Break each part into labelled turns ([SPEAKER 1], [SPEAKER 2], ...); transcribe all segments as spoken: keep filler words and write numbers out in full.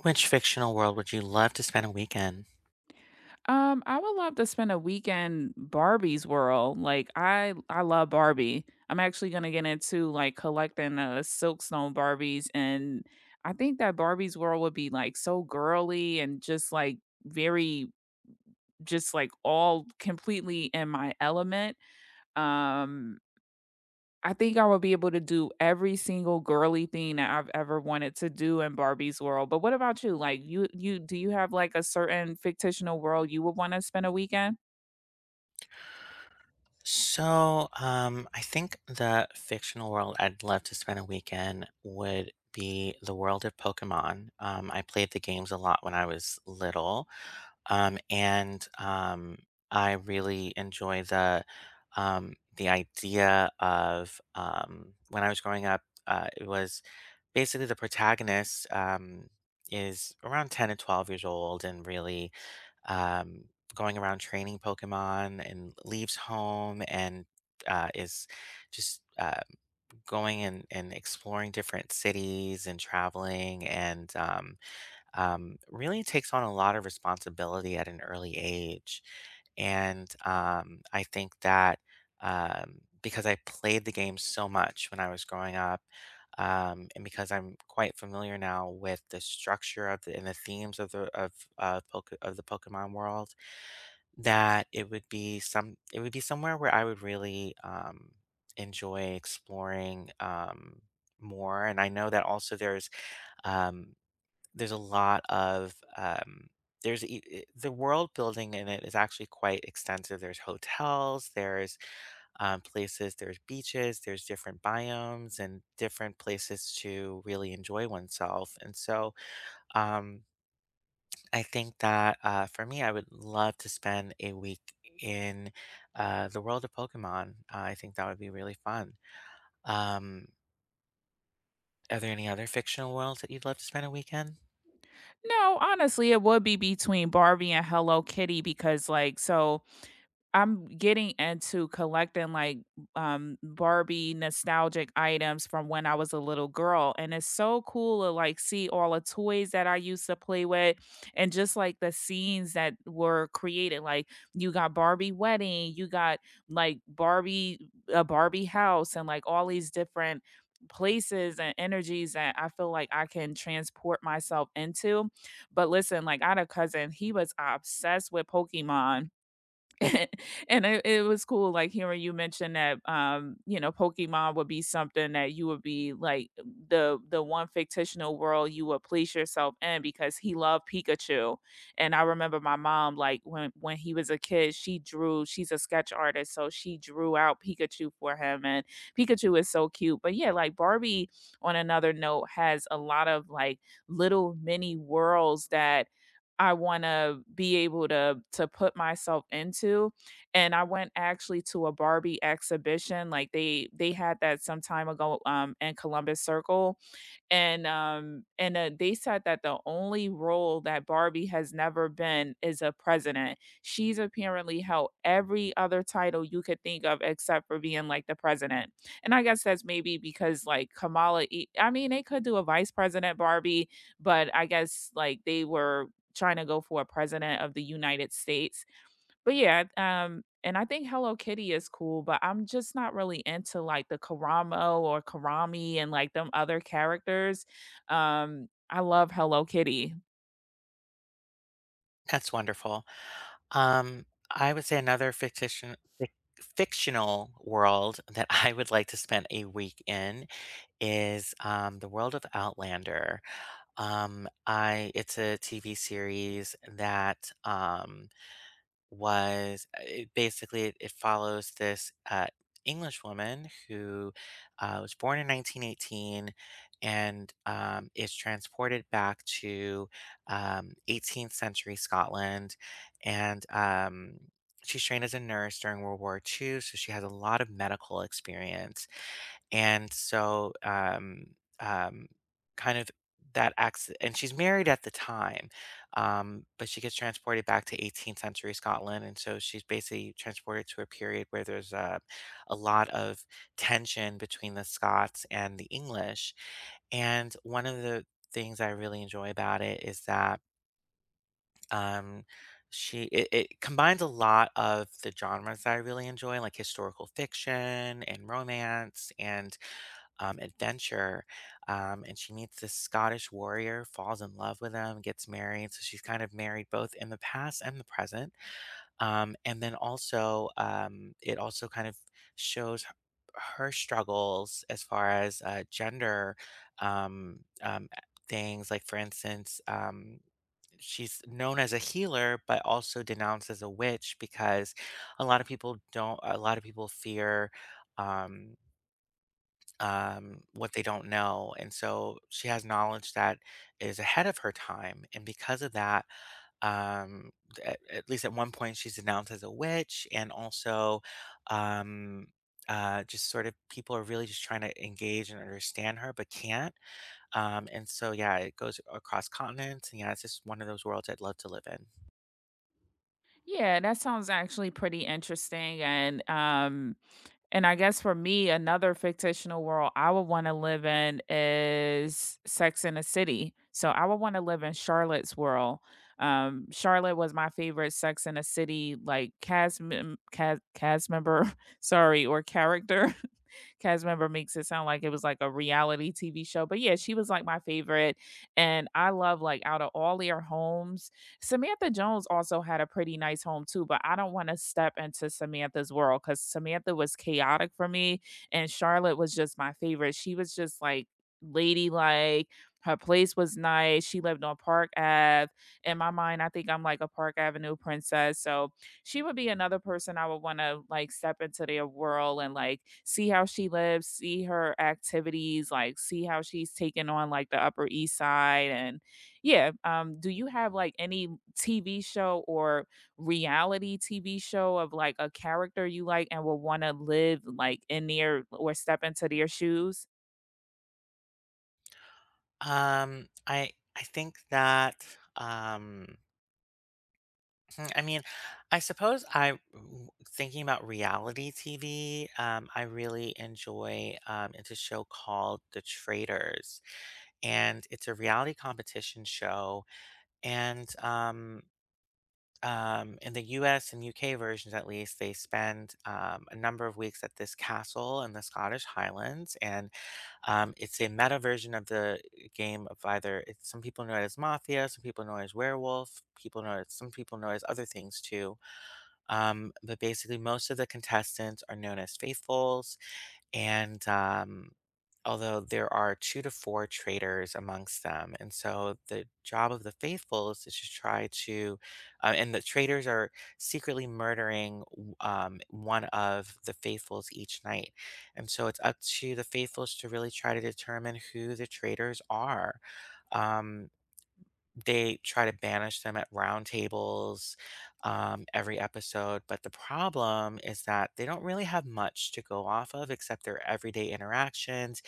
[SPEAKER 1] Which fictional world would you love to spend a week in?
[SPEAKER 2] Um, I would love to spend a weekend Barbie's world. Like I I love Barbie. I'm actually gonna get into like collecting uh Silkstone Barbies and I think that Barbie's world would be like so girly and just like very just like all completely in my element. Um I think I would be able to do every single girly thing that I've ever wanted to do in Barbie's world. But what about you? Like you you do you have like a certain fictional world you would want to spend a weekend?
[SPEAKER 1] So, um, I think the fictional world I'd love to spend a weekend would be the world of Pokemon. Um, I played the games a lot when I was little, um, and um, I really enjoy the um, the idea of um, when I was growing up. Uh, it was basically the protagonist um, is around ten to twelve years old, and really um, going around training Pokemon and leaves home and uh, is just uh, going and, and exploring different cities and traveling and um, um, really takes on a lot of responsibility at an early age. And um, I think that um, because I played the game so much when I was growing up, um, and because I'm quite familiar now with the structure of the, and the themes of the of uh, poke, of the Pokemon world, that it would be some it would be somewhere where I would really, um, enjoy exploring, um, more, and I know that also there's, um, there's a lot of, um, there's e eh the world building in it is actually quite extensive. There's hotels, there's, um, places, there's beaches, there's different biomes and different places to really enjoy oneself, and so, um I think that uh, for me, I would love to spend a week in uh, the world of Pokemon. Uh, I think that would be really fun. Um, are there any other fictional worlds that you'd love to spend a weekend?
[SPEAKER 2] No, honestly, it would be between Barbie and Hello Kitty because like so I'm getting into collecting like um Barbie nostalgic items from when I was a little girl, and it's so cool to like see all the toys that I used to play with and just like the scenes that were created, like you got Barbie wedding, you got like Barbie a Barbie house and like all these different places and energies that I feel like I can transport myself into. But listen, like I had a cousin, he was obsessed with Pokemon and it it was cool, like, hearing you mention that, um, you know, Pokemon would be something that you would be, like, the the one fictional world you would place yourself in because he loved Pikachu, and I remember my mom, like, when when he was a kid, she drew she's a sketch artist, so she drew out Pikachu for him, and Pikachu is so cute, but, yeah, like, Barbie, on another note, has a lot of, like, little mini worlds that I want to be able to to put myself into. And I went actually to a Barbie exhibition, like they they had that some time ago um in Columbus Circle, and um and uh, they said that the only role that Barbie has never been is a president. She's apparently held every other title you could think of except for being like the president. And I guess that's maybe because like Kamala E- I mean they could do a vice president Barbie, but I guess like they were trying to go for a president of the United States. But yeah, um, and I think Hello Kitty is cool, but I'm just not really into like the Karamo or Karami and like them other characters. Um, I love Hello Kitty.
[SPEAKER 1] That's wonderful. Um, I would say another fictitious, fic- fictional world that I would like to spend a week in is um, the world of Outlander. Um, I It's a T V series that um, was uh, it basically it, it follows this uh, English woman who uh, was born in nineteen eighteen and um, is transported back to um, eighteenth century Scotland, and um, she's trained as a nurse during World War two, so she has a lot of medical experience. And so, um, um, kind of that acts and she's married at the time, um, but she gets transported back to eighteenth century Scotland, and so she's basically transported to a period where there's a, a lot of tension between the Scots and the English. And one of the things I really enjoy about it is that um, she it, it combines a lot of the genres that I really enjoy, like historical fiction and romance and um, adventure. Um, and she meets this Scottish warrior, falls in love with him, gets married. So she's kind of married both in the past and the present. Um, and then also, um, it also kind of shows h- her struggles as far as uh, gender um, um, things. Like, for instance, um, she's known as a healer but also denounced as a witch because a lot of people don't a lot of people fear um um what they don't know, and so she has knowledge that is ahead of her time, and because of that um at, at least at one point she's denounced as a witch, and also um uh, just sort of people are really just trying to engage and understand her but can't, um, and so yeah, it goes across continents, and yeah, it's just one of those worlds I'd love to live in.
[SPEAKER 2] Yeah, that sounds actually pretty interesting. And um And I guess for me, another fictional world I would want to live in is Sex in the City. So I would want to live in Charlotte's world. Um, Charlotte was my favorite Sex in the City, like cast mem- cast, cast member, sorry, or character cast member makes it sound like it was like a reality T V show. But yeah, she was like my favorite. And I love like out of all their homes, Samantha Jones also had a pretty nice home too. But I don't want to step into Samantha's world because Samantha was chaotic for me. And Charlotte was just my favorite. She was just like ladylike. Her place was nice. She lived on Park Avenue. In my mind, I think I'm like a Park Avenue princess. So she would be another person I would want to like step into their world and like see how she lives, see her activities, like see how she's taking on like the Upper East Side. And yeah, um, do you have like any T V show or reality T V show of like a character you like and would want to live like in their or step into their shoes?
[SPEAKER 1] Um, I I think that um, hmm, I mean, I suppose I w- thinking about reality T V. Um, I really enjoy um, it's a show called The Traders, and it's a reality competition show. And um, um, in the U S and U K versions, at least, they spend um, a number of weeks at this castle in the Scottish Highlands, and Um, it's a meta version of the game of either it's, some people know it as mafia, some people know it as werewolf, people know it, some people know it as other things too. Um, but basically, most of the contestants are known as faithfuls, and um, although there are two to four traitors amongst them, and so the job of the faithful is to just try to uh, and the traitors are secretly murdering w- um, one of the faithfuls each night, and so it's up to the faithfuls to really try to determine who the traitors are. um, they try to banish them at round tables um, every episode. But the problem is that they don't really have much to go off of except their everyday interactions,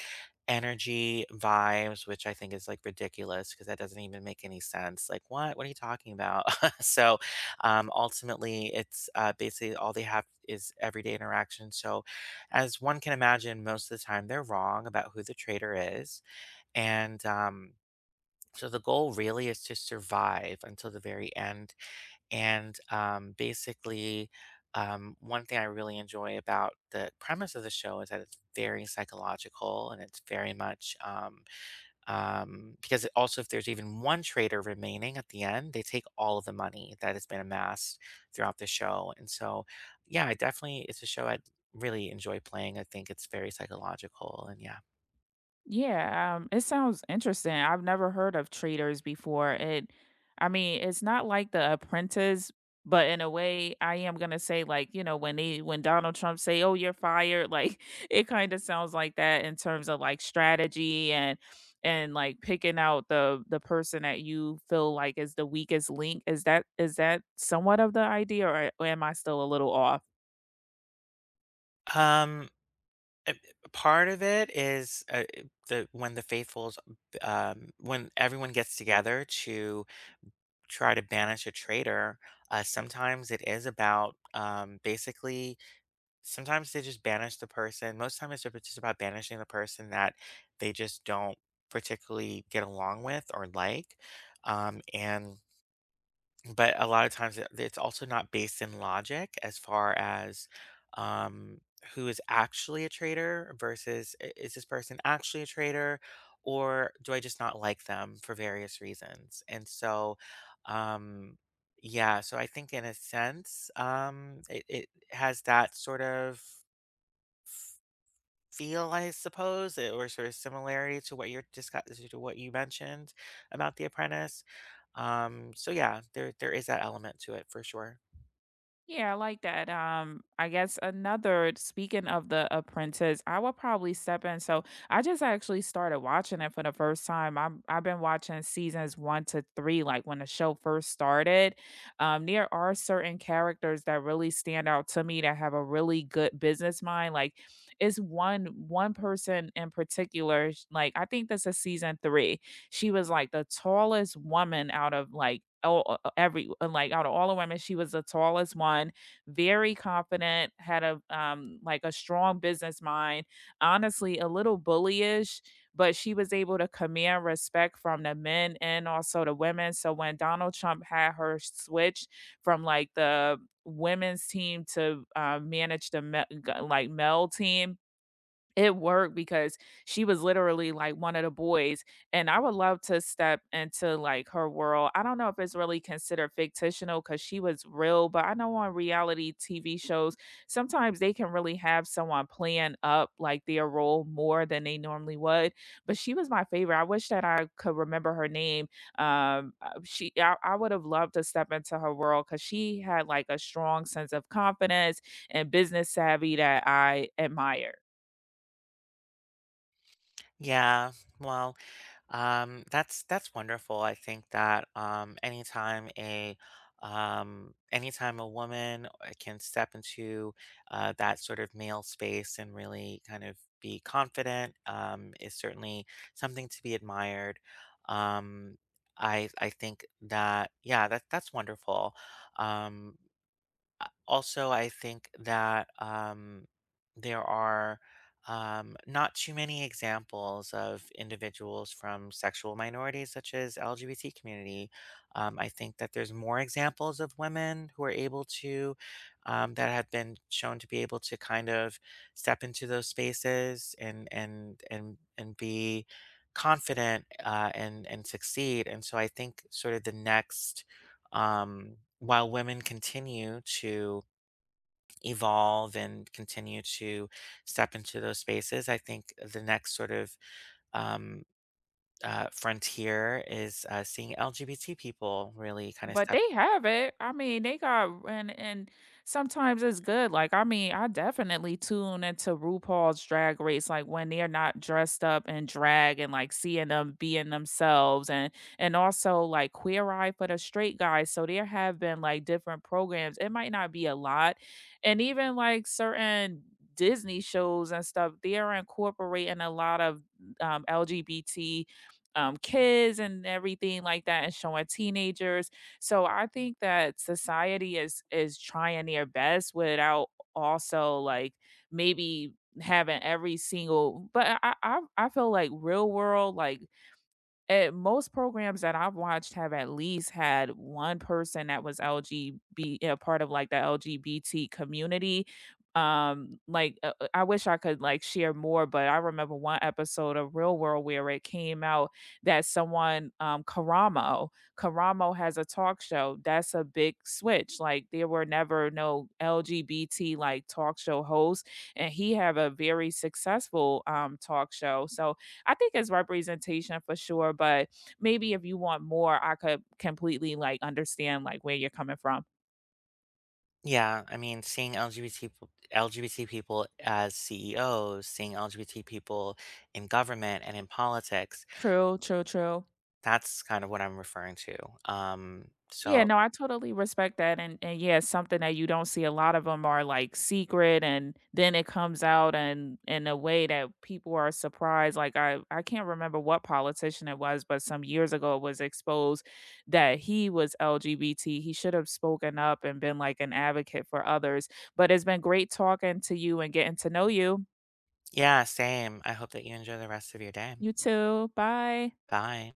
[SPEAKER 1] energy, vibes, which I think is like ridiculous because that doesn't even make any sense. Like, what? What are you talking about? so um, ultimately, it's uh, basically all they have is everyday interaction. So, as one can imagine, most of the time they're wrong about who the traitor is. And, um, so the goal really is to survive until the very end. And um, basically, um, one thing I really enjoy about the premise of the show is that it's very psychological, and it's very much um, um, because it also, if there's even one traitor remaining at the end, they take all of the money that has been amassed throughout the show. And so, yeah, I definitely, it's a show I would really enjoy playing. I think it's very psychological, and yeah.
[SPEAKER 2] Yeah, um, it sounds interesting. I've never heard of traders before. It, I mean, it's not like The Apprentice, but in a way, I am gonna say like you know when they when Donald Trump say, "Oh, you're fired," like it kind of sounds like that in terms of like strategy and and like picking out the the person that you feel like is the weakest link. Is that is that somewhat of the idea, or, or am I still a little off?
[SPEAKER 1] Um, Uh, Part of it is, uh, eh, the when the faithfuls, um when everyone gets together to try to banish a traitor, uh, sometimes it is about, um, basically sometimes they just banish the person most times it's just about banishing the person that they just don't particularly get along with or like, um, and but a lot of times it it's also not based in logic as far as, um, who is actually a traitor versus I is this person actually a traitor, or do I just not like them for various reasons? And so, um, yeah, so I think in a sense, um, it it has that sort of feel, I suppose, eh, or sort of similarity to what you're discuss to what you mentioned about The Apprentice. Um, so yeah, there there is that element to it for sure.
[SPEAKER 2] Yeah, I like that. Um, I guess another speaking of The Apprentice, I will probably step in. So I just actually started watching it for the first time. I'm I've been watching seasons one to three, like when the show first started. Um, there are certain characters that really stand out to me that have a really good business mind. Like it's one one person in particular, sh- like I think this is season three. She was like the tallest woman out of like all, uh, uh, every uh, like out of all the women, she was the tallest one. Very confident, had a um like a strong business mind. Honestly, a little bullyish, but she was able to command respect from the men and also the women. So when Donald Trump had her switch from like the women's team to uh, manage the me- g- like male team, it worked because she was literally like one of the boys, and I would love to step into like her world. I don't know if it's really considered fictional because she was real, but I know on reality T V shows, sometimes they can really have someone playing up like their role more than they normally would. But she was my favorite. I wish that I could remember her name. Um, uh, she, I, I would have loved to step into her world because she had like a strong sense of confidence and business savvy that I admired.
[SPEAKER 1] Yeah, well, um, that's that's wonderful. I think that um, anytime a um, anytime a woman uh, can step into uh, that sort of male space and really kind of be confident, um, is certainly something to be admired. Um, I I think that yeah, that that's wonderful. Um, also, I think that um, there are um, not too many examples of individuals from sexual minorities, such as L G B T community. Um, I think that there's more examples of women who are able to, um, that have been shown to be able to kind of step into those spaces, and and and and be confident, uh, and and succeed. And so I think sort of the next um, while women continue to evolve and continue to step into those spaces. I think the next sort of um, uh, frontier is uh, seeing L G B T people really kind of
[SPEAKER 2] But
[SPEAKER 1] step.
[SPEAKER 2] they have it. I mean, they got and and sometimes it's good. Like, I mean, I definitely tune into RuPaul's Drag Race, like when they're not dressed up in drag and like seeing them being themselves, and and also like Queer Eye for the straight guys. So there have been like different programs. It might not be a lot, and even like certain Disney shows and stuff. They're incorporating a lot of um, L G B T um, kids and everything like that, and showing teenagers, so I think that society is is trying their best without also like maybe having every single, but I I I I feel like real world, like at most programs that I've watched have at least had one person that was L G B a part of, like, the L G B T community. Um, like, uh, uh, I wish I could, like, share more, but I remember one episode of Real World where it came out that someone, um, Karamo Karamo has a talk show. That's a big switch. Like, there were never no L G B T, like, talk show hosts, and he have a very successful, um, talk show. So, I think it's representation for sure, but maybe if you want more, I could completely like understand like where you're coming from.
[SPEAKER 1] Yeah, I mean, seeing L G B T peop- L G B T people as C E Os, seeing L G B T people in government and in politics.
[SPEAKER 2] True, true, true.
[SPEAKER 1] That's kind of what I'm referring to. Um,
[SPEAKER 2] Yeah,
[SPEAKER 1] so
[SPEAKER 2] no, I totally respect that. And and yeah, it's something that you don't see, a lot of them are like secret and then it comes out and in a way that people are surprised. Like I I can't remember what politician it was, but some years ago it was exposed that he was L G B T. He should have spoken up and been like an advocate for others. But it's been great talking to you and getting to know you.
[SPEAKER 1] yeah, same. I hope that you enjoy the rest of your day.
[SPEAKER 2] You too. Bye.
[SPEAKER 1] Bye.